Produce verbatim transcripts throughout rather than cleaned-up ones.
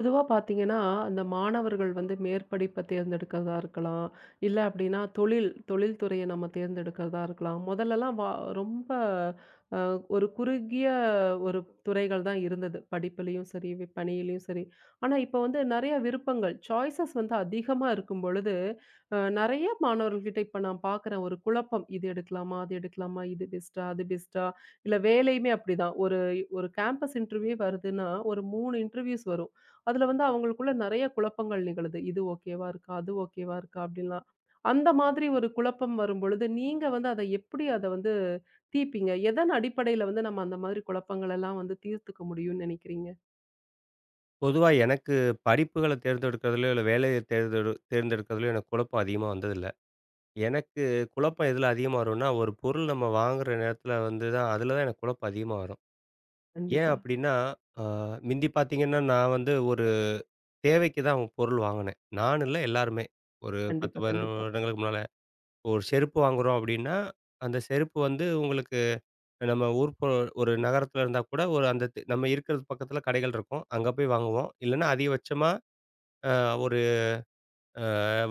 பொதுவா பார்த்தீங்கன்னா, அந்த மாணவர்கள் வந்து மேற்படிப்ப தேர்ந்தெடுக்கிறதா இருக்கலாம். இல்ல அப்படின்னா தொழில் தொழில் துறைய நம்ம தேர்ந்தெடுக்கிறதா இருக்கலாம். முதல்லலாம் வா ரொம்ப அ ஒரு குறுகிய ஒரு துறைகள் தான் இருந்தது. படிப்பிலயும் சரி, வி பணியிலயும் சரி. ஆனா, இப்ப வந்து நெறைய விருப்பங்கள், சாய்ஸஸ் வந்து அதிகமா இருக்கும் பொழுது, அ நெறைய மாணவர்கள்கிட்ட இப்ப நான் பார்க்குறேன் ஒரு குழப்பம். இது எடுக்கலாமா? அது எடுக்கலாமா? இது பெஸ்ட்டா? அது பெஸ்ட்டா? இல்ல வேலையுமே அப்படிதான். ஒரு ஒரு கேம்பஸ் இன்டர்வியூவே வருதுன்னா, ஒரு மூன்று இன்டர்வியூஸ் வரும். அதுல வந்து அவங்களுக்குள்ள நெறைய குழப்பங்கள் நிகழுது. இது ஓகேவா இருக்கா? அது ஓகேவா இருக்கா? அப்படிலாம். அந்த மாதிரி ஒரு குழப்பம் வரும்பொழுது, நீங்க வந்து அத எப்படி அத வந்து தீர்ப்பீங்க? எதன் அடிப்படையில வந்து நம்ம அந்த மாதிரி குழப்பங்கள் எல்லாம் வந்து தீர்த்துக்க முடியும்னு நெனைக்கிறீங்க? பொதுவா எனக்கு படிப்புகள தேர்ந்தெடுக்கிறதுலயோ, இல்ல வேலைய தேர்ந்தெடு தேர்ந்தெடுக்கிறதுலயோ எனக்கு குழப்பம் அதிகமா வந்ததில்ல. எனக்கு குழப்பம் எதுல அதிகமா வரும்னா, ஒரு பொருள் நம்ம வாங்குற நேரத்துல வந்து தான் அதுல தான் எனக்கு குழப்பம் அதிகமா வரும். ஏன் கண்டிப்பா, அப்டின்னா, ஆ மிந்தி பாத்தீங்கன்னா, நான் வந்து ஒரு தேவைக்கு தான் பொருள் வாங்குனேன். நான் இல்ல, எல்லாருமே. ஒரு பத்து, கண்டிப்பா, பதினொன்று கண்டிப்பா, வருடங்களுக்கு முன்னால. ஒரு செருப்பு வாங்குறோம் அப்டின்னா, அந்த செருப்பு வந்து உங்களுக்கு நம்ம ஊர் பொ ஒரு நகரத்துல இருந்தா கூட ஒரு அந்த தி- நம்ம இருக்கிறது பக்கத்துல கடைகள் இருக்கும். அங்க போய் வாங்குவோம். இல்லன்னா அதிகபட்சமா அ ஒரு அ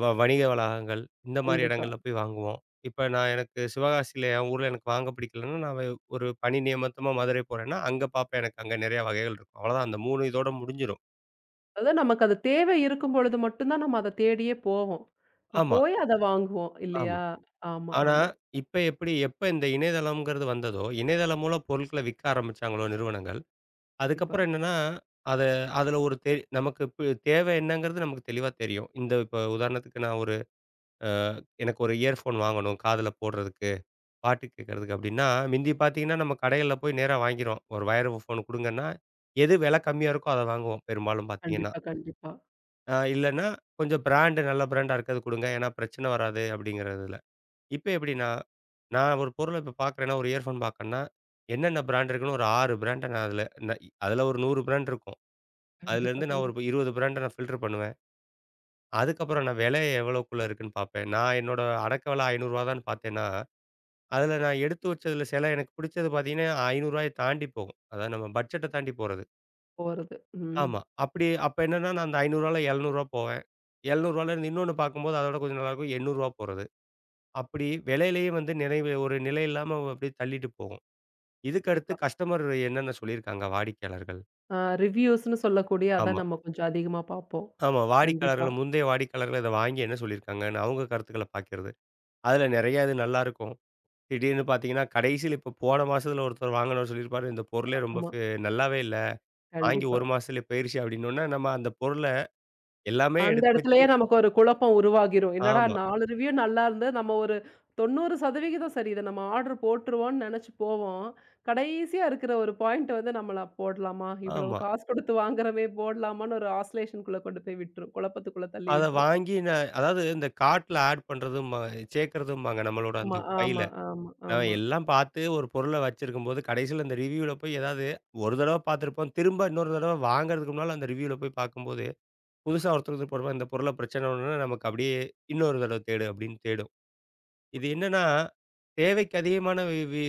வ வணிக வளாகங்கள், இந்த மாரி கண்டிப்பா. இடங்கள்ல போய் வாங்குவோம். இப்ப நான் எனக்கு சிவகாசியில என் ஊர்ல எனக்கு வாங்க பிடிக்கலன்னா, நான் வே ஒரு பணி நியமித்தமா மதுரை போறேன்னா, அங்க பார்ப்பேன். எனக்கு அங்க நிறைய வகைகள் இருக்கும். அவ்வளோதான் அந்த மூணு இதோட முடிஞ்சிரும். அதான் நமக்கு அது தேவை இருக்கும் பொழுது மட்டும் தான் நம்ம அத தேடியே போவோம். ஆமா, போய் அத வாங்குவோம் ஆமா. இல்லையா? ஆமா, ஆனா, ஆமா. இப்ப எப்படி எப்ப இந்த இணையதளம்ங்கிறது வந்ததோ, இணையதளம் மூலம் பொருட்கள விக்க ஆரம்பிச்சாங்களோ நிறுவனங்கள், கண்டிப்பா, அதுக்கப்புறம் என்னன்னா, அத அதுல ஒரு தெ நமக்கு பு தேவை என்னங்கிறது நமக்கு தெளிவா தெரியும். இந்த இப்ப உதாரணத்துக்கு நான் ஒரு அ எனக்கு ஒரு இயர்ஃபோன் வாங்கணும், காதுல போடுறதுக்கு. பாட்டு கேட்கறதுக்கு அப்படின்னா, மிந்தி பார்த்தீங்கன்னா, நம்ம கடைகள்ல போய் நேரா வாங்கிருவோம். ஒரு வயர் ஃபோன் குடுங்கன்னா, எது விலை கம்மியா இருக்கோ அத வாங்குவோம், பெரும்பாலும் பார்த்தீங்கன்னா. கண்டிப்பா, கண்டிப்பா, அ இல்லன்னா, கொஞ்சம் பிராண்டு, நல்ல பிராண்டா இருக்கிறது குடுங்க. ஏன்னா பிரச்சனை வராது அப்படிங்கிறதுல. இப்ப எப்படின்னா, நான் ஒரு பொருள இப்ப பார்க்குறேன்னா, ஒரு இயர்ஃபோன் பார்க்கறேன்னா, என்னென்ன பிராண்ட் இருக்குன்னு ஒரு ஆறு பிராண்ட நான் அதுல ந அதுல ஒரு நூறு பிராண்ட் இருக்கும். கண்டிப்பா, அதுலேருந்து நான் கண்டிப்பா ஒரு இருபது பிராண்ட நான் ஃபில்டர் பண்ணுவேன். அதுக்கப்புறம் நான் விலை எவ்வளோக்குள்ள இருக்குன்னு பார்ப்பேன். நான் என்னோட அடக்க விலை ரூ. ஐந்நூறு தான்னு பார்த்தேன்னா அதில நான் எடுத்து வச்சதில சில எனக்கு பிடிச்சது பார்த்தீங்கன்னா, ரூ. ஐந்நூறு தாண்டி போகும். அதாவது நம்ம பட்ஜெட்ட தாண்டி போறது. போறது. ம். ஆமா. அப்படி அப்ப என்னன்னா நான் அந்த ரூ. 500ல ரூ. எழுநூறு போவேன். ரூ. 700ல இருந்து இன்னொன்னு பார்க்கும்போது அதோட கொஞ்சம் நல்லாயிருக்கும். ரூ. எண்ணூறு போறது. அப்படி விலையிலேயே வந்து நினைவு ஒரு நிலை இல்லாம அப்படியே தள்ளிட்டு போகும். இதுக்கு அடுத்து கண்டிப்பா. கஸ்டமர் என்னென்ன சொல்லியிருக்காங்க, வாடிக்கையாளர்கள். ஆ ரிவ்யூஸ்ன்னு சொல்லக்கூடிய அதான் ஆமா. நம்ம கொஞ்சம் அதிகமா பார்ப்போம். ஆமா. கண்டிப்பா. வாடிக்கையாளர்கள், முந்தைய வாடிக்கையாளர்கள் இத வாங்கி என்ன சொல்லியிருக்காங்கன்னு அவங்க கருத்துக்கள பார்க்கிறது. அதில நிறைய இது நல்லாயிருக்கும். திடீர்னு பார்த்தீங்கன்னா, கடைசியில இப்போ போன மாசத்தில ஒருத்தர் வாங்கினவர் சொல்லியிருப்பாரு, "இந்த பொருளே ரொம்ப ஆமா. ஃபே நல்லாவே இல்ல." வாங்கி கண்டிப்பா. ஒரு மாசத்துலயே போயிருச்சு அப்டின்னோனே, நம்ம அந்த பொருள எல்லாமே அந்த எடுத்து வச்சு. இடத்துலயே நமக்கு ஒரு குழப்பம் உருவாகிரும். என்னடா ஆமா, நான்கு ரிவ்யூ நல்லா இருந்தது. நம்ம ஒரு தொண்ணூறு சதவீதம் சரி. இத நம்ம ஆர்டர் போட்டுருவோம்ன்னு நெனச்சு போவோம். கடைசியா இருக்கிற ஒரு பாயிண்ட் வந்து நம்மள போடலாமா? இவ்வளவு ஆமா. காசு குடுத்து வாங்குறோமே போடலாமான்னு ஒரு ஆஸ்லேஷன் குள்ள கொண்டு போய் விட்டுரும். குழப்பத்துக்குள்ள தள்ளி அத விட்டுரும். வாங்கி ந அதாவது இந்த கார்ட்ல ஆட் பண்றதும்மா சேர்க்கிறதும்பாங்க நம்மளோட ஆமா, அந்த பையில. ஆமா, ஆமா, நான் ஆமா. எல்லாம் பார்த்து ஒரு பொருள வச்சிருக்கும்போது, கடைசியில அந்த ரிவ்யூல போய் ஏதாவது ஒரு தடவ பார்த்துருப்போம். திரும்ப இன்னொரு தடவ வாங்குறதுக்கு முன்னால அந்த ரிவ்யூல போய் பார்க்கும்போது, புதுசா ஒருத்தருக்கு போடுறப்ப இந்த பொருள பிரச்சனை ஒண்ணுனா நமக்கு அப்டியே இன்னொரு தடவ தேடு அப்டின்னு தேடும். இது என்னன்னா, தேவைக்கு அதிகமான வி வி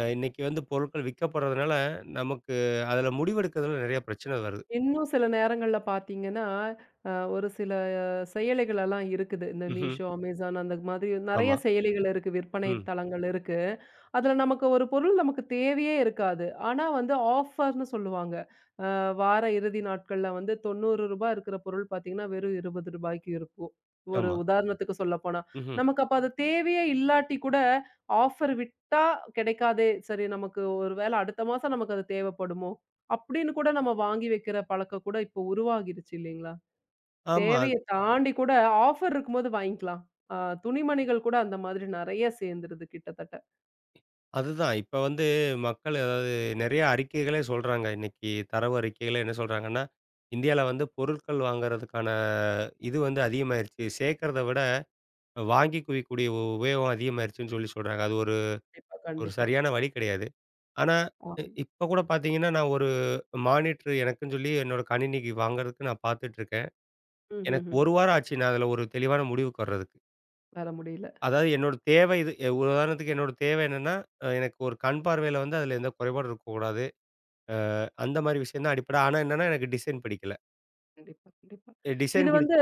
அ இன்னைக்கு வந்து பொருட்கள் விற்கப்படுறதுனால, நமக்கு அதில முடிவெடுக்கிறதுல நெறைய பிரச்சனை வருது. இன்னும் சில நேரங்கள்ல பார்த்தீங்கன்னா, அ ஒரு சில செயலிகள் எல்லாம் இருக்குது. இந்த ம்ஹ்ம். Meesho, Amazon அந்த மாதிரி நெறைய ஆமா. செயலிகள் இருக்கு. விற்பனை ம். தளங்கள் இருக்கு. அதுல நமக்கு ஒரு பொருள் நமக்கு தேவையே இருக்காது. ஆனா வந்து ஆஃபர்ன்னு சொல்லுவாங்க. அ வார இறுதி நாட்கள்ல வந்து ரூ. தொண்ணூறு இருக்கிற பொருள் பார்த்தீங்கன்னா, வெறும் ரூ. இருபதுக்கு இருக்கும். ஒரு ஆமா. உதாரணத்துக்கு சொல்லப்போனா. ம்ஹ்ம். நமக்கு அப்ப அது தேவையே இல்லாட்டி கூட ஆஃபர் விட்டா கிடைக்காதே! சரி நமக்கு ஒரு வேள அடுத்த மாசம் நமக்கு அது தேவைப்படுமோ! அப்படின்னு கூட நம்ம வாங்கி வைக்கிற பழக்கம் கூட இப்போ உருவாகிருச்சு இல்லைங்களா? ஆமா. அது தேவைய தாண்டி கூட ஆஃபர் இருக்கும்போது வாங்கிக்கலாம். அ துணிமணிகள் கூட அந்த மாதிரி நெறைய சேர்ந்துருது கிட்டத்தட்ட. அதுதான். இப்ப வந்து மக்கள், அதாவது நெறைய அறிக்கைகளே சொல்றாங்க. இன்னைக்கு தரவு அறிக்கைகளே என்ன சொல்றாங்கன்னா, இந்தியால வந்து பொருட்கள் வாங்குறதுக்கான இது வந்து அதிகமாயிருச்சு. சேர்க்கிறத விட வாங்கி குவிக்கக்கூடிய உ- உபயோகம் அதிகமாயிருச்சுன்னு சொல்லி சொல்றாங்க. அது ஒரு, கண்டிப்பா, ஒரு கண்டிப்பா. சரியான வழி கிடையாது. ஆனா, இ ஆமா. இப்ப கூட பார்த்தீங்கன்னா, நான் ஒரு மானிட்டர் எனக்குன்னு சொல்லி என்னோட கணினிக்கு வாங்குறதுக்கு நான் பார்த்துட்டுருக்கேன். எனக்கு ம்ஹ்ஹ்ம். ஒரு வாரம் ஆச்சு நான் அதில ஒரு தெளிவான முடிவுக்கு வர்றதுக்கு. வர முடியல. அதாவது என்னோட தேவை இது. எ உதாரணத்துக்கு என்னோட தேவை என்னன்னா, அ எனக்கு ஒரு கண் பார்வையில வந்து அதில எந்த குறைபாடும் இருக்கக்கூடாது. அந்த மாரி விஷயம் தான் அடிப்படை. ஆனா என்னன்னா, எனக்கு டிசைன் பிடிக்கல. கண்டிப்பா, கண்டிப்பா. எ டிசைன் இது பிடிச் வந்து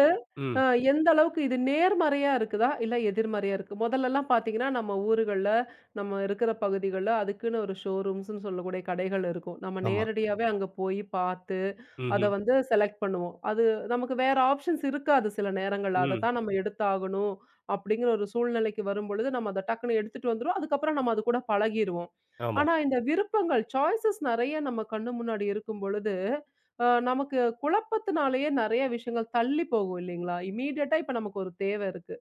ம். அ எந்த அளவுக்கு இது நேர்மறையா இருக்குதா? இல்ல எதிர்மறையா இருக்கு? மொதல்லலாம் பார்த்தீங்கன்னா, நம்ம ஊர்கள்ல, நம்ம இருக்கிற பகுதிகள்ல அதுக்குன்னு ஒரு ஷோரூம்ஸ்ன்னு சொல்லக்கூடிய கடைகள் இருக்கும். நம்ம ஆமா. நேரடியாவே அங்க போய் பார்த்து அத ம்ஹ்ம். வந்து செலக்ட் பண்ணுவோம். அது நமக்கு வேற ஆப்ஷன்ஸ் இருக்காது சில நேரங்கள்ல. ம். அதத்தான் நம்ம எடுத்தாகணும் அப்படிங்கிற ஒரு சூழ்நிலைக்கு வரும்பொழுது, நம்ம அத டக்குன்னு எடுத்துட்டு வந்துருவோம். அதுக்கப்புறம் நம்ம அது கூட பழகிருவோம். ஆமா. ஆனா இந்த விருப்பங்கள், சாய்ஸஸ் நெறைய நம்ம கண்ணு முன்னாடி இருக்கும் பொழுது, அ நமக்கு குழப்பத்தினாலேயே நெறைய விஷயங்கள் தள்ளி போகும் இல்லைங்களா? இம்மீடியட்டா இப்ப நமக்கு ஒரு தேவை இருக்கு.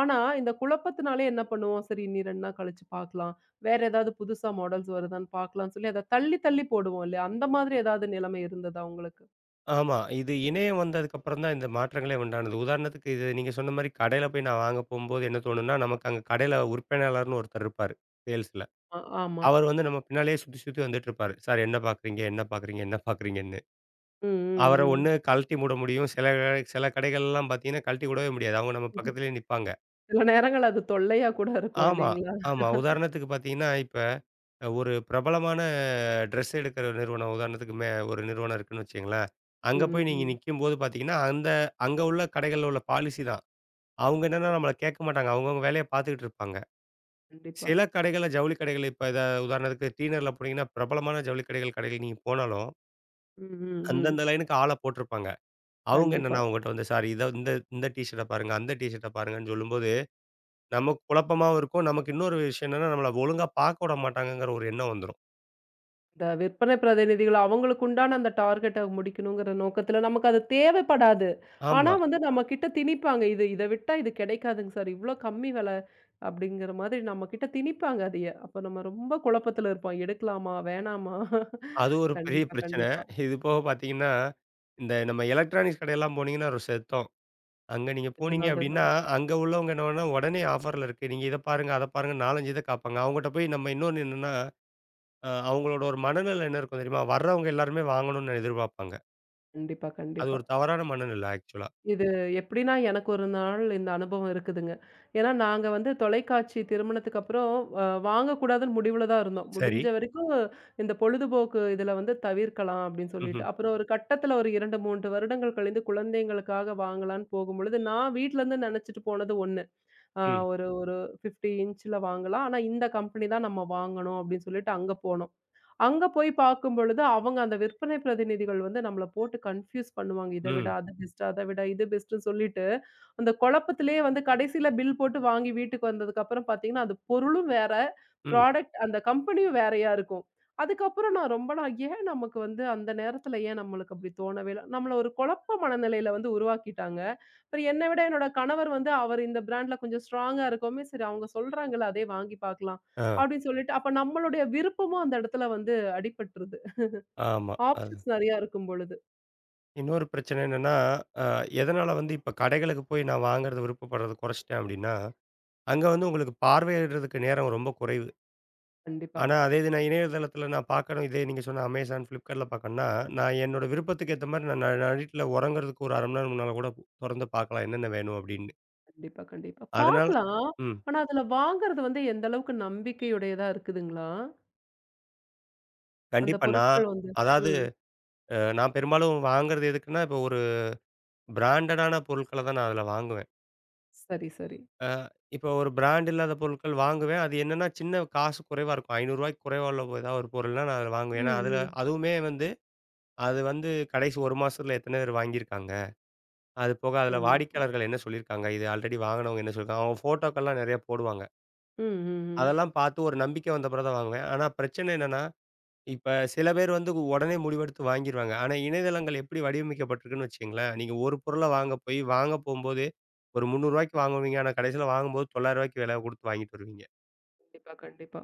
ஆனா இந்த குழப்பத்தினாலே என்ன பண்ணுவோம்? சரி இனி ரெண்டு நாள் கழிச்சு பார்க்கலாம். வேற ஏதாவது புதுசா மாடல்ஸ் வருதான்னு பார்க்கலாம்னு சொல்லி அத தள்ளி தள்ளி போடுவோம் இல்லையா? அந்த மாதிரி ஏதாவது நிலைமை இருந்ததா உங்களுக்கு? ஆமா. இது இணையம் வந்ததுக்கப்புறம் தான் இந்த மாற்றங்களே உண்டானது. உதாரணத்துக்கு இது நீங்க சொன்ன மாரி கடையில போய் நான் வாங்க போம்போது என்ன தோணும்னா, நமக்கு அங்க கடையில உரிமையாளர்ன்னு ஒருத்தர் இருப்பாரு, சேல்ஸ்ல. அ ஆமா. அவர் வந்து நம்ம பின்னாலயே சுத்தி, சுத்தி வந்துட்டுருப்பாரு. "சார் என்ன பார்க்குறீங்க? என்ன பார்க்குறீங்க? என்ன பார்க்குறீங்கன்னு?" ம், ம், அவர ஒண்ணு ம். கழட்டி மூட முடியும். சில கடை- சில கடைகள்லாம் பார்த்தீங்கன்னா, கழட்டி விடவே முடியாது. அவங்க நம்ம பக்கத்திலேயே நிப்பாங்க. சில நேரங்கள் அது தொல்லையா கூட இருக்கும் ஆமா, இல்லைங்களா? ஆமா. உதாரணத்துக்கு பார்த்தீங்கன்னா, இப்ப ஒரு பிரபலமான ட்ரெஸ் எடுக்கிற நிறுவனம், உதாரணத்துக்கு மே ஒரு நிறுவனம் இருக்குன்னு வச்சுக்கங்களேன். அங்க ம், போய் நீங்க ம். நிக்கும்போது பார்த்தீங்கன்னா, அந்த அங்க உள்ள கடைகள்ல உள்ள பாலிசி தான். அவங்க என்னன்னா நம்மள கேட்க மாட்டாங்க. அவங்கவங்க வேலைய பார்த்துக்கிட்டு இருப்பாங்க. கண்டிப்பா. சில கடைகள்ல ஜவுளி கடைகள், இப்ப இத உதாரணத்துக்கு டீநகர்ல போனீங்கன்னா, பிரபலமான ஜவுளி கடைகள் கடைகள் நீங்க போனாலும் ம், ம், அந்தந்த ம். லைனுக்கு ஆள போட்டிருப்பாங்க. அவங்க கண்டிப்பா. என்னன்னா உங்கட்ட வந்து, "சார் இத இந்த இந்த டீ ஷர்ட்ட பாருங்க, அந்த டீ ஷர்ட்ட பாருங்கன்னு" சொல்லும்போது, நமக்கு குழப்பமாவும் இருக்கும். நமக்கு இன்னொரு விஷயம் என்னன்னா, நம்மள ஒழுங்கா பார்க்க விட மாட்டாங்கங்கிற ஒரு எண்ணம் வந்துரும். இந்த விற்பனை பிரதிநிதிகள் அவங்களுக்கு உண்டான அந்த டார்கெட்ட முடிக்கணுங்கிற நோக்கத்துல நமக்கு அது தேவைப்படாது. ஆனா ஆமா. வந்து நம்ம கிட்ட திணிப்பாங்க. இது இத விட்டா இது கிடைக்காதுங்க சார். இவ்ளோ கம்மி வில அப்படிங்கிற மாதிரி நம்ம கிட்ட திணிப்பாங்க அதைய. அப்ப நம்ம ரொம்ப குழப்பத்துல இருப்போம். எடுக்கலாமா? வேணாமா? அது ஒரு பெரிய கண்டிப்பா, பிரச்சனை. கண்டிப்பா. இது போக பார்த்தீங்கன்னா, இந்த நம்ம எலக்ட்ரானிக்ஸ் கடையெல்லாம் போனீங்கன்னா ஒரு செத்தம். அங்க நீங்க போனீங்க அதுதான், அப்டின்னா, அதுதான். அங்க உள்ளவங்க என்னன்னா உடனே ஆஃபர்ல இருக்கு. நீங்க இத பாருங்க, அத பாருங்க, நாலு, அஞ்சு இத காப்பாங்க. அவங்கட்ட போய் நம்ம இன்னொன்னு என்னன்னா, அ அவங்களோட ஒரு மனநிலை என்ன இருக்கும் தெரியுமா? வர்றவங்க எல்லாருமே வாங்கணும்னு எதிர்பார்ப்பாங்க. கண்டிப்பா, அது கண்டிப்பா. ஒரு தவறான மனநிலை ஆக்சுவலா. இது எப்படின்னா, எனக்கு ஒரு நாள் இந்த அனுபவம் இருக்குதுங்க. ஏன்னா, நாங்க வந்து தொலைக்காட்சி திருமணத்துக்கு அப்புறம் அ வாங்கக்கூடாதுன்னு முடிவுல தான் இருந்தோம். சரி. முடிஞ்ச வரைக்கும் இந்த பொழுதுபோக்கு இதில வந்து தவிர்க்கலாம் அப்படின்னு சொல்லிட்டு. ம்ஹ்ம். அப்புறம் ஒரு கட்டத்தில ஒரு இரண்டு, மூன்று வருடங்கள் கழிந்து குழந்தைங்களுக்காக வாங்கலான்னு போகும்பொழுது, நான் வீட்லருந்து நெனச்சிட்டு போனது ஒண்ணு. அ ம். ஒரு ஒரு ஐம்பது இன்ச்சில வாங்கலாம். ஆனா, இந்த கம்பெனி தான் நம்ம வாங்கணும் அப்படின்னு சொல்லிட்டு அங்க போனோம். அங்க போய் பார்க்கும் பொழுது, அவங்க அந்த விற்பனை பிரதிநிதிகள் வந்து நம்மள போட்டு கன்ஃப்யூஸ் பண்ணுவாங்க. இத விட ம். அது பெஸ்ட், அத விட இது பெஸ்ட்ன்னு சொல்லிட்டு, அந்த குழப்பத்திலேயே வந்து கடைசியில பில் போட்டு வாங்கி வீட்டுக்கு வந்ததுக்கப்புறம் பார்த்தீங்கன்னா, அது பொருளும் வேற, ம். ப்ராடக்ட் அந்த கம்பெனியும் வேறயா இருக்கும். அதுக்கப்புறம் நான் ரொம்ப நாள் ஏன் நமக்கு வந்து அந்த நேரத்துல ஏன் நம்மளுக்கு அப்படி தோணவே இல்ல? நம்மள ஒரு குழப்ப மனநிலையில வந்து உருவாக்கிட்டாங்க. அப்புறம் என்ன விட என்னோட கணவர் வந்து அவர் இந்த பிராண்ட்ல கொஞ்சம் ஸ்ட்ராங்கா இருக்கவுமே, சரி அவங்க சொல்றாங்கல்ல அதே வாங்கி பார்க்கலாம். ஆ, அப்படின்னு சொல்லிட்டு, அப்ப நம்மளுடைய விருப்பமும் அந்த இடத்துல வந்து அடிபட்டுருது. ஆமா. அது ஆப்ஷன்ஸ் நெறையா இருக்கும் பொழுது. இன்னொரு பிரச்சனை என்னன்னா, அ எதனால வந்து இப்ப கடைகளுக்கு போய் நான் வாங்குறத விருப்பப்படுறத குறைச்சுட்டேன் அப்டின்னா, அங்க வந்து உங்களுக்கு பார்வையிடுறதுக்கு நேரம் ரொம்ப குறைவு. கண்டிப்பா, ஆனா, அதே இது நான் இணையதளத்தில நான் பார்க்கணும், இதே நீங்க சொன்ன Amazon, Flipkartல பார்க்கணும்னா, நான் என்னோட விருப்பத்துக்கு ஏத்த மாரி நான் ந நைட்ல உறங்குறதுக்கு ஒரு அரை மணி நேரம் முன்னால கூட தொறந்து பார்க்கலாம் என்னென்ன வேணும் அப்டின்னு. கண்டிப்பா, கண்டிப்பா. அதனால. பார்க்கலாம். ம். ஆனா அதுல வாங்குறது வந்து எந்த அளவுக்கு நம்பிக்கையுடையதா இருக்குதுங்களா? அந்த கண்டிப்பா நான். பொருட்கள் வந்து அதாவது ம். அ நான் பெரும்பாலும் வாங்குறது எதுக்குன்னா, இப்போ ஒரு பிராண்டடான பொருட்கள தான் நான் அதில வாங்குவேன். சரி, சரி. அ இப்போ ஒரு பிராண்ட் இல்லாத பொருட்கள் வாங்குவேன். அது என்னன்னா சின்ன காசு, குறைவா இருக்கும். ரூ. 500க்கு குறைவா உள்ள ஏதாவது ஒரு பொருள்னா நான் அத ம், வாங்குவேன். ஏன்னா அதுல, ம். அதுவுமே வந்து அது வந்து கடைசி ஒரு மாசத்துல எத்தன பேர் வாங்கியிருக்காங்க. அது போக அதுல கண்டிப்பா. வாடிக்கையாளர்கள் என்ன சொல்லியிருக்காங்க. இது ஆல்ரெடி வாங்குனவங்க என்ன சொல்லியிருக்காங்க. அவங்க ஃபோட்டோக்கள்லாம் நெறைய போடுவாங்க. ம், ம், ம். அதெல்லாம் பார்த்து ஒரு நம்பிக்கை வந்த பிறகு தான் வாங்குவேன். ஆனா பிரச்சனை என்னன்னா, இப்ப சில பேர் வந்து உடனே முடிவெடுத்து வாங்கிருவாங்க. ஆனா இணையதளங்கள் எப்படி வடிவமைக்கப்பட்டிருக்குன்னு வச்சுக்கங்களேன். நீங்க ஒரு பொருள வாங்க போய் வாங்க போம்போது ஒரு ரூ. 300க்கு வாங்குவீங்க. ஆனா கடைசியில வாங்கும்போது ரூ. 900க்கு விலை குடுத்து வாங்கிட்டு வருவீங்க. கண்டிப்பா, கண்டிப்பா.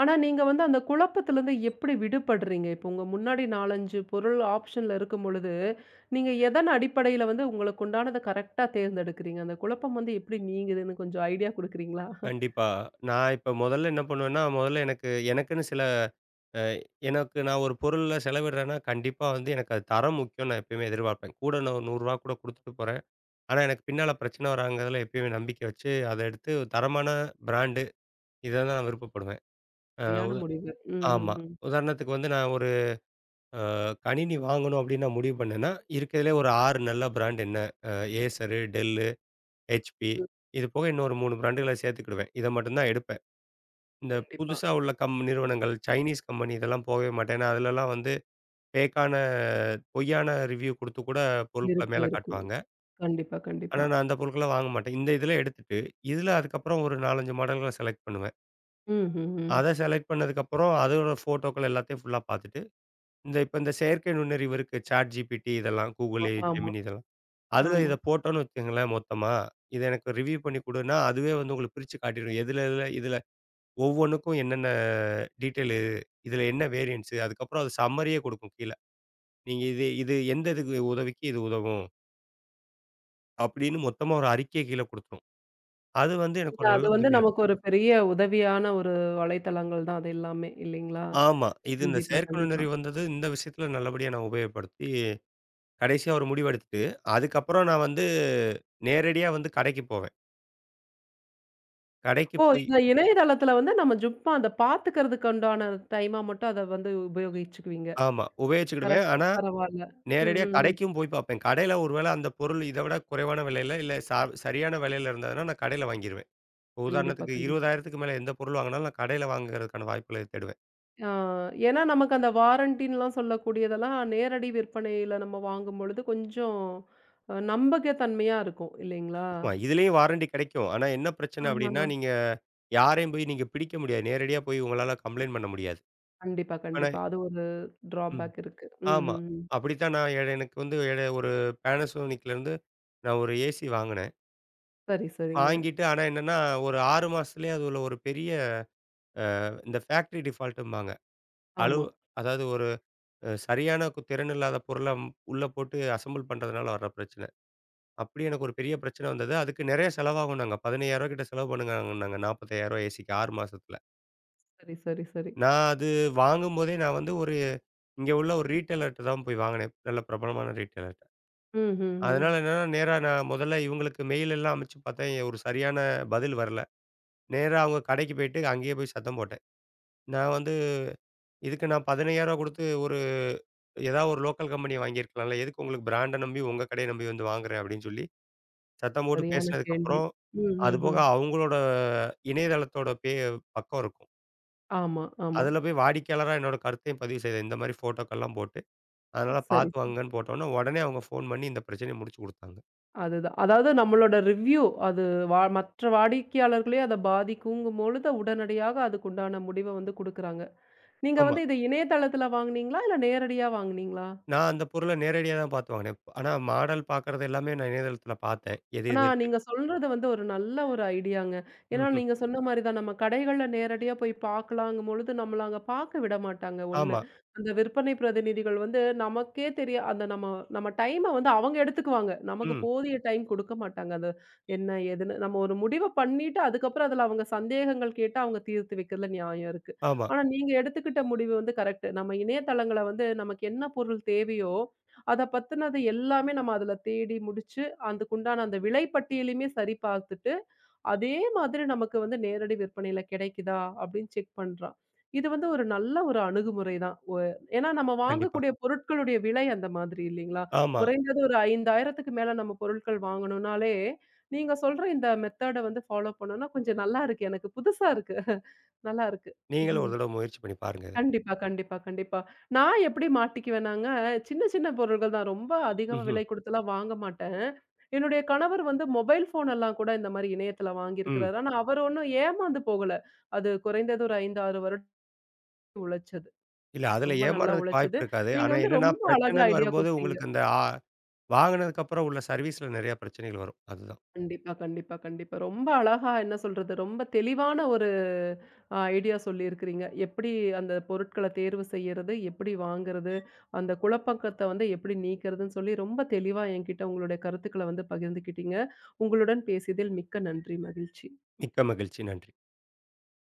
ஆனா நீங்க வந்து அந்த குழப்பத்திலருந்து எப்படி விடுபடுறீங்க? இப்போ உங்க முன்னாடி நான்கு, அஞ்சு பொருள் ஆப்ஷன்ல இருக்கும் பொழுது, நீங்க எதன் அடிப்படையில வந்து உங்களுக்கு உண்டானத கரெக்ட்டா தேர்ந்தெடுக்கிறீங்க? அந்த குழப்பம் வந்து எப்படி நீங்குதுன்னு கொஞ்சம் ஐடியா குடுக்குறீங்களா? கண்டிப்பா. நான் இப்ப முதல்ல என்ன பண்ணுவேன்னா, முதல்ல எனக்கு எனக்குன்னு சில அ எனக்கு நான் ஒரு பொருள்ல செலவிடுறேன்னா, கண்டிப்பா வந்து எனக்கு அது தரம் முக்கியம்னு நான் எப்பயுமே எதிர்பார்ப்பேன். கூட நான் ஒரு ரூ. நூறு கூட குடுத்துட்டு போறேன். ஆனா எனக்கு பின்னால பிரச்சனை வராங்கிறதுல எப்பயுமே நம்பிக்கை வச்சு, அத எடுத்து ஒரு தரமான பிராண்டு, இத தான் நான் விருப்பப்படுவேன். அ சரியான உத முடிவு. ம், ம், ஆமா. ம். உதாரணத்துக்கு வந்து நான் ஒரு அ கணினி வாங்கணும் அப்படின்னு நான் முடிவு பண்ணேன்னா, இருக்கிறதுலே ஒரு ஆறு நல்ல பிராண்ட் என்ன? அ Acer, Dell, H P, இது போக இன்னும் ஒரு மூணு பிராண்டுகள சேர்த்துக்கிடுவேன். இத மட்டும் தான் எடுப்பேன். இந்த கண்டிப்பா. புதுசா உள்ள கம் நிறுவனங்கள், சைனீஸ் கம்பெனி இதெல்லாம் போகவே மாட்டேன். ஏன்னா, அதுலலாம் வந்து ஃபேக்கான, பொய்யான ரிவ்யூ குடுத்து கூட பொருட்கள இருக்கும், மேல இருக்கும். காட்டுவாங்க. கண்டிப்பா, ஆனா, கண்டிப்பா. நான் அந்த பொருட்கள வாங்க மாட்டேன். இந்த இதில எடுத்துட்டு, இதில அதுக்கப்புறம் ஒரு நான்கு, அஞ்சு மாடல்கள செலக்ட் பண்ணுவேன். ம், ம், அத ம். செலக்ட் பண்ணதுக்கப்புறம் அதோட ஃபோட்டோக்கள் எல்லாத்தையும் ஃபுல்லா பாத்துட்டு, இந்த இப்ப இந்த செயற்கை நுண்ணறிவு இருக்கு. ChatGPT இதெல்லாம், Google, ஆமா, ஆமா, Gemini இதெல்லாம். அதுல ஆமா. இத போட்டோன்னு வச்சுக்கங்களேன் மொத்தமா, இத எனக்கு ரிவ்யூ பண்ணி குடுன்னா, அதுவே வந்து உங்களுக்கு பிரிச்சு காட்டிரும். எதுல எதுல இதுல ஒவ்வொன்னுக்கும் என்னென்ன டீட்டெயிலு, இதில என்ன வேரியன்ட்ஸு, அதுக்கப்புறம் அது சம்மரியே கொடுக்கும் கீழ. நீங்க இது இது எந்த இதுக்கு உதவிக்கு இது உதவும். அப்படின்னு மொத்தமா ஒரு அறிக்கைய கீழ குடுத்துரும். அது வந்து எனக்கு இல்ல ஒரு அது நல்ல வந்து உதவியா நமக்கு இருக்கும். ஒரு பெரிய உதவியான ஒரு வலைத்தளங்கள் தான் அது எல்லாமே இல்லைங்களா? ஆமா. இது இந்த கண்டிப்பா, செயற்கை கண்டிப்பா. நுண்ணறிவு வந்தது இந்த விஷயத்தில நல்லபடியா நான் உபயோகப்படுத்தி, கடைசியா ஒரு முடிவெடுத்துட்டு, அதுக்கப்புறம் நான் வந்து நேரடியா வந்து கடைக்கு போவேன். கடைக்கு ஓ! போய். இந்த இணையதளத்துல வந்து நம்ம சும்மா அத பாத்துக்கிறதுக்கு உண்டான டைமா மட்டும் அத வந்து உபயோகிச்சுக்குவீங்க. ஆமா. உபயோகிச்சுக்கிடுவேன். கரெக்ட். ஆனா, பரவால்ல. ம், நேரடியா ம், ம். கடைக்கும் போய் பார்ப்பேன். கடையில ஒரு வேள அந்த பொருள் இத விட குறைவான விலையில, இல்ல ச சரியான விலையில இருந்ததுன்னா, நான் கடையில வாங்கிருவேன். இப்ப கண்டிப்பா, உதாரணத்துக்கு கண்டிப்பா. 20,000க்கு மேல எந்த பொருள் வாங்குனாலும் நான் கடையில வாங்குறதுக்கான வாய்ப்புகளை தேடுவேன். ஆ ஏன்னா நமக்கு அந்த வாரண்டின்லாம் சொல்லக்கூடியதெல்லாம் நேரடி விற்பனையில நம்ம வாங்கும்பொழுது கொஞ்சம் அ நம்பகத்தன்மையா இருக்கும் இல்லைங்களா? ஆமா, இதுலயும் வாரண்டி கிடைக்கும். ஆனா என்ன பிரச்சனை அப்டின்னா, நீங்க யாரையும் போய் நீங்க பிடிக்க முடியாது. நேரடியா போய் உங்களால கம்ப்ளைண்ட் பண்ண முடியாது. கண்டிப்பா, இப்ப நான். கண்டிப்பா. அது ஒரு ம். ட்ராபேக் இருக்கு. ம், ஆமா. ம், ம். அப்படித்தான் நான் எ எனக்கு வந்து எட ஒரு Panasonicலருந்து நான் ஒரு ஏசி வாங்குனேன். சரி, சரிங்க. வாங்கிட்டு ஆனா என்னன்னா, ஒரு ஆறு மாசத்துலயே அது உள்ள ஒரு பெரிய, இந்த ஃபேக்டரி டிஃபால்ட்டும்பாங்க. அளவு, ஆமா. அதாவது ஒரு அ சரியான கு திறன் இல்லாத பொருள ம் உள்ள போட்டு அசெம்பிள் பண்றதுனால வர்ற பிரச்சனை. அப்படி எனக்கு ஒரு பெரிய பிரச்சனை வந்தது. அதுக்கு நெறைய செலவாகும்னாங்க. பதினைந்தாயிரம் டாலர் கிட்ட செலவு பண்ணுங்கன்னாங்க, நாற்பத்தி ஐந்தாயிரம் ஏசிக்கு, ஆறு மாசத்துல. சரி, சரி, சரி. நான் அது வாங்கும்போதே நான் வந்து ஒரு இங்க உள்ள ஒரு ரீட்டெயிலர்ட்ட தான் போய் வாங்குனேன். நல்ல பிரபலமான ரீட்டெயிலர்ட்ட. ம், ம், அதனால ம். என்னன்னா, நேரா நான் முதல்ல இவங்களுக்கு மெயில் எல்லாம் அனுப்பிச்சு பார்த்தேன். எ- ஒரு சரியான பதில் வரல. நேரா அவங்க கடைக்கு போயிட்டு அங்கேயே போய் சத்தம் போட்டேன். நான் வந்து இதுக்கு நான் பதினைந்தாயிரம் டாலர் குடுத்து ஒரு, ஏதாவது ஒரு லோக்கல் கம்பெனிய வாங்கியிருக்கலாம்ல. எதுக்கு உங்களுக்கு பிராண்ட நம்பி உங்க கடைய நம்பி வந்து வாங்குறேன் அப்படின்னு சொல்லி சத்தம் போட்டு சரியான கேள்வி. பேசினதுக்கப்புறம், ம், ம், அதுபோக ம். அவங்களோட இணையதளத்தோட பே பக்கம் இருக்கும். ஆமா, ஆமா. அதில போய் வாடிக்கையாளரா என்னோட கருத்தையும் பதிவு செய்தேன். இந்த மாரி ஃபோட்டோக்கள்லாம் போட்டு, அதனால சரி. பார்த்து வாங்குங்கன்னு போட்டோன்னே, உடனே அவங்க ஃபோன் பண்ணி இந்த பிரச்சனைய முடிச்சு குடுத்தாங்க. அதுதான். அதாவது நம்மளோட ரிவ்யூ அது வா மற்ற வாடிக்கையாளர்களையும் அத பாதிக்குங்கும் பொழுது, உடனடியாக அதுக்குண்டான முடிவ வந்து குடுக்குறாங்க. நீங்க ஆமா. வந்து இத இணையதளத்துல வாங்குனீங்களா? இல்ல நேரடியா வாங்குனீங்களா? நான் அந்த பொருள நேரடியா தான் பார்த்து வாங்கினேன். ஆனா மாடல் பார்க்கறது எல்லாமே நான் இணையதளத்தில பார்த்தேன். எது ஆனா, எது இருக்கு. நீங்க சொல்றது வந்து ஒரு நல்ல ஒரு ஐடியாங்க. ஏன்னா, ம்ஹ்ம். நீங்க சொன்ன மாரி தான் நம்ம கடைகள்ல நேரடியா போய் பார்க்கலாங்கும் பொழுது, நம்மள அங்க பார்க்க விட மாட்டாங்க ஒன்று. ஆமா. அந்த விற்பனை பிரதிநிதிகள் வந்து நமக்கே தெரிய அந்த நம்ம நம்ம டைம வந்து அவங்க எடுத்துக்குவாங்க. நமக்கு ம். போதிய டைம் குடுக்க மாட்டாங்க. அது என்ன, ஏதுன்னு நம்ம ஒரு முடிவ பண்ணிட்டு, அதுக்கப்புறம் அதுல அவங்க சந்தேகங்கள் கேட்டா, அவங்க தீர்த்து வைக்கிறதுல நியாயம் இருக்கு. ஆமா. ஆனா, நீங்க எடுத்துக்கிட்ட முடிவு வந்து கரெக்ட். நம்ம இணையதளங்கள வந்து நமக்கு என்ன பொருள் தேவையோ, அத பத்தினது எல்லாமே நம்ம அதுல தேடி முடிச்சு, அதுக்குண்டான அந்த விலை பட்டியலையுமே சரி பார்த்துட்டு, அதே மாதிரி நமக்கு வந்து நேரடி விற்பனையில கிடைக்குதா? அப்படின்னு செக் பண்றான். இது வந்து ஒரு நல்ல ஒரு அணுகுமுறை தான். ஒ ஏன்னா நம்ம கண்டிப்பா. வாங்கக்கூடிய பொருட்களுடைய விலை அந்த மாதிரி இல்லைங்களா? ஆமா. குறைந்தது ஒரு 5,000க்கு மேல நம்ம பொருட்கள் வாங்கணும்னாலே, நீங்க சொல்ற இந்த மெத்தேட வந்து ஃபாலோ பண்ணோம்னா, கொஞ்சம் நல்லா இருக்கு. எனக்கு புதுசா இருக்கு. நல்லா இருக்கு. நீங்களும் ஒரு தடவ முயற்சி பண்ணி பாருங்க இத. கண்டிப்பா, கண்டிப்பா, கண்டிப்பா. நான் எப்படி மாட்டிக்குவேனாங்க, சின்ன சின்ன பொருள்கள் தான். ரொம்ப அதிகமா ம்ஹ்ம். விலை குடுத்துலாம் வாங்க மாட்டேன். என்னுடைய கணவர் வந்து மொபைல் ஃபோன் எல்லாம் கூட இந்த மாரி இணையத்தில ம். வாங்கியிருக்கிறாரு. ஆனா அவர் ஒண்ணும் ஏமாந்து போகல. அது குறைந்தது ஒரு ஐந்து, ஆறு வருடம் உழைச்சது. இல்ல அதில ரொம்ப நல்லா ஏமாறுறதுக்கு வாய்ப்பு உழைச்சது. இருக்காது. நீங்க ஆனா வந்து என்னன்னா ரொம்ப அழகா பிரச்சனைன்னு ஐடியா வரும்போது குடுத்தீங்க. உங்களுக்கு அந்த ஆ வாங்குனதுக்கு அப்புறம் உள்ள சர்வீஸ்ல நெறைய பிரச்சனைகள் வரும். அதுதான். கண்டிப்பா, கண்டிப்பா, கண்டிப்பா. ரொம்ப அழகா என்ன சொல்றது, ரொம்ப தெளிவான ஒரு ஐடியா சொல்லியிருக்கிறீங்க. எப்படி அந்த பொருட்கள தேர்வு செய்யறது, எப்படி வாங்குறது, அந்த குழப்பக்கத்த வந்து எப்படி நீக்கிறதுன்னு சொல்லி ரொம்ப தெளிவா என்கிட்ட உங்களுடைய கருத்துக்கள வந்து பகிர்ந்துக்கிட்டீங்க. உங்களுடன் பேசியதில் மிக்க நன்றி, மகிழ்ச்சி. மிக்க மகிழ்ச்சி. நன்றி.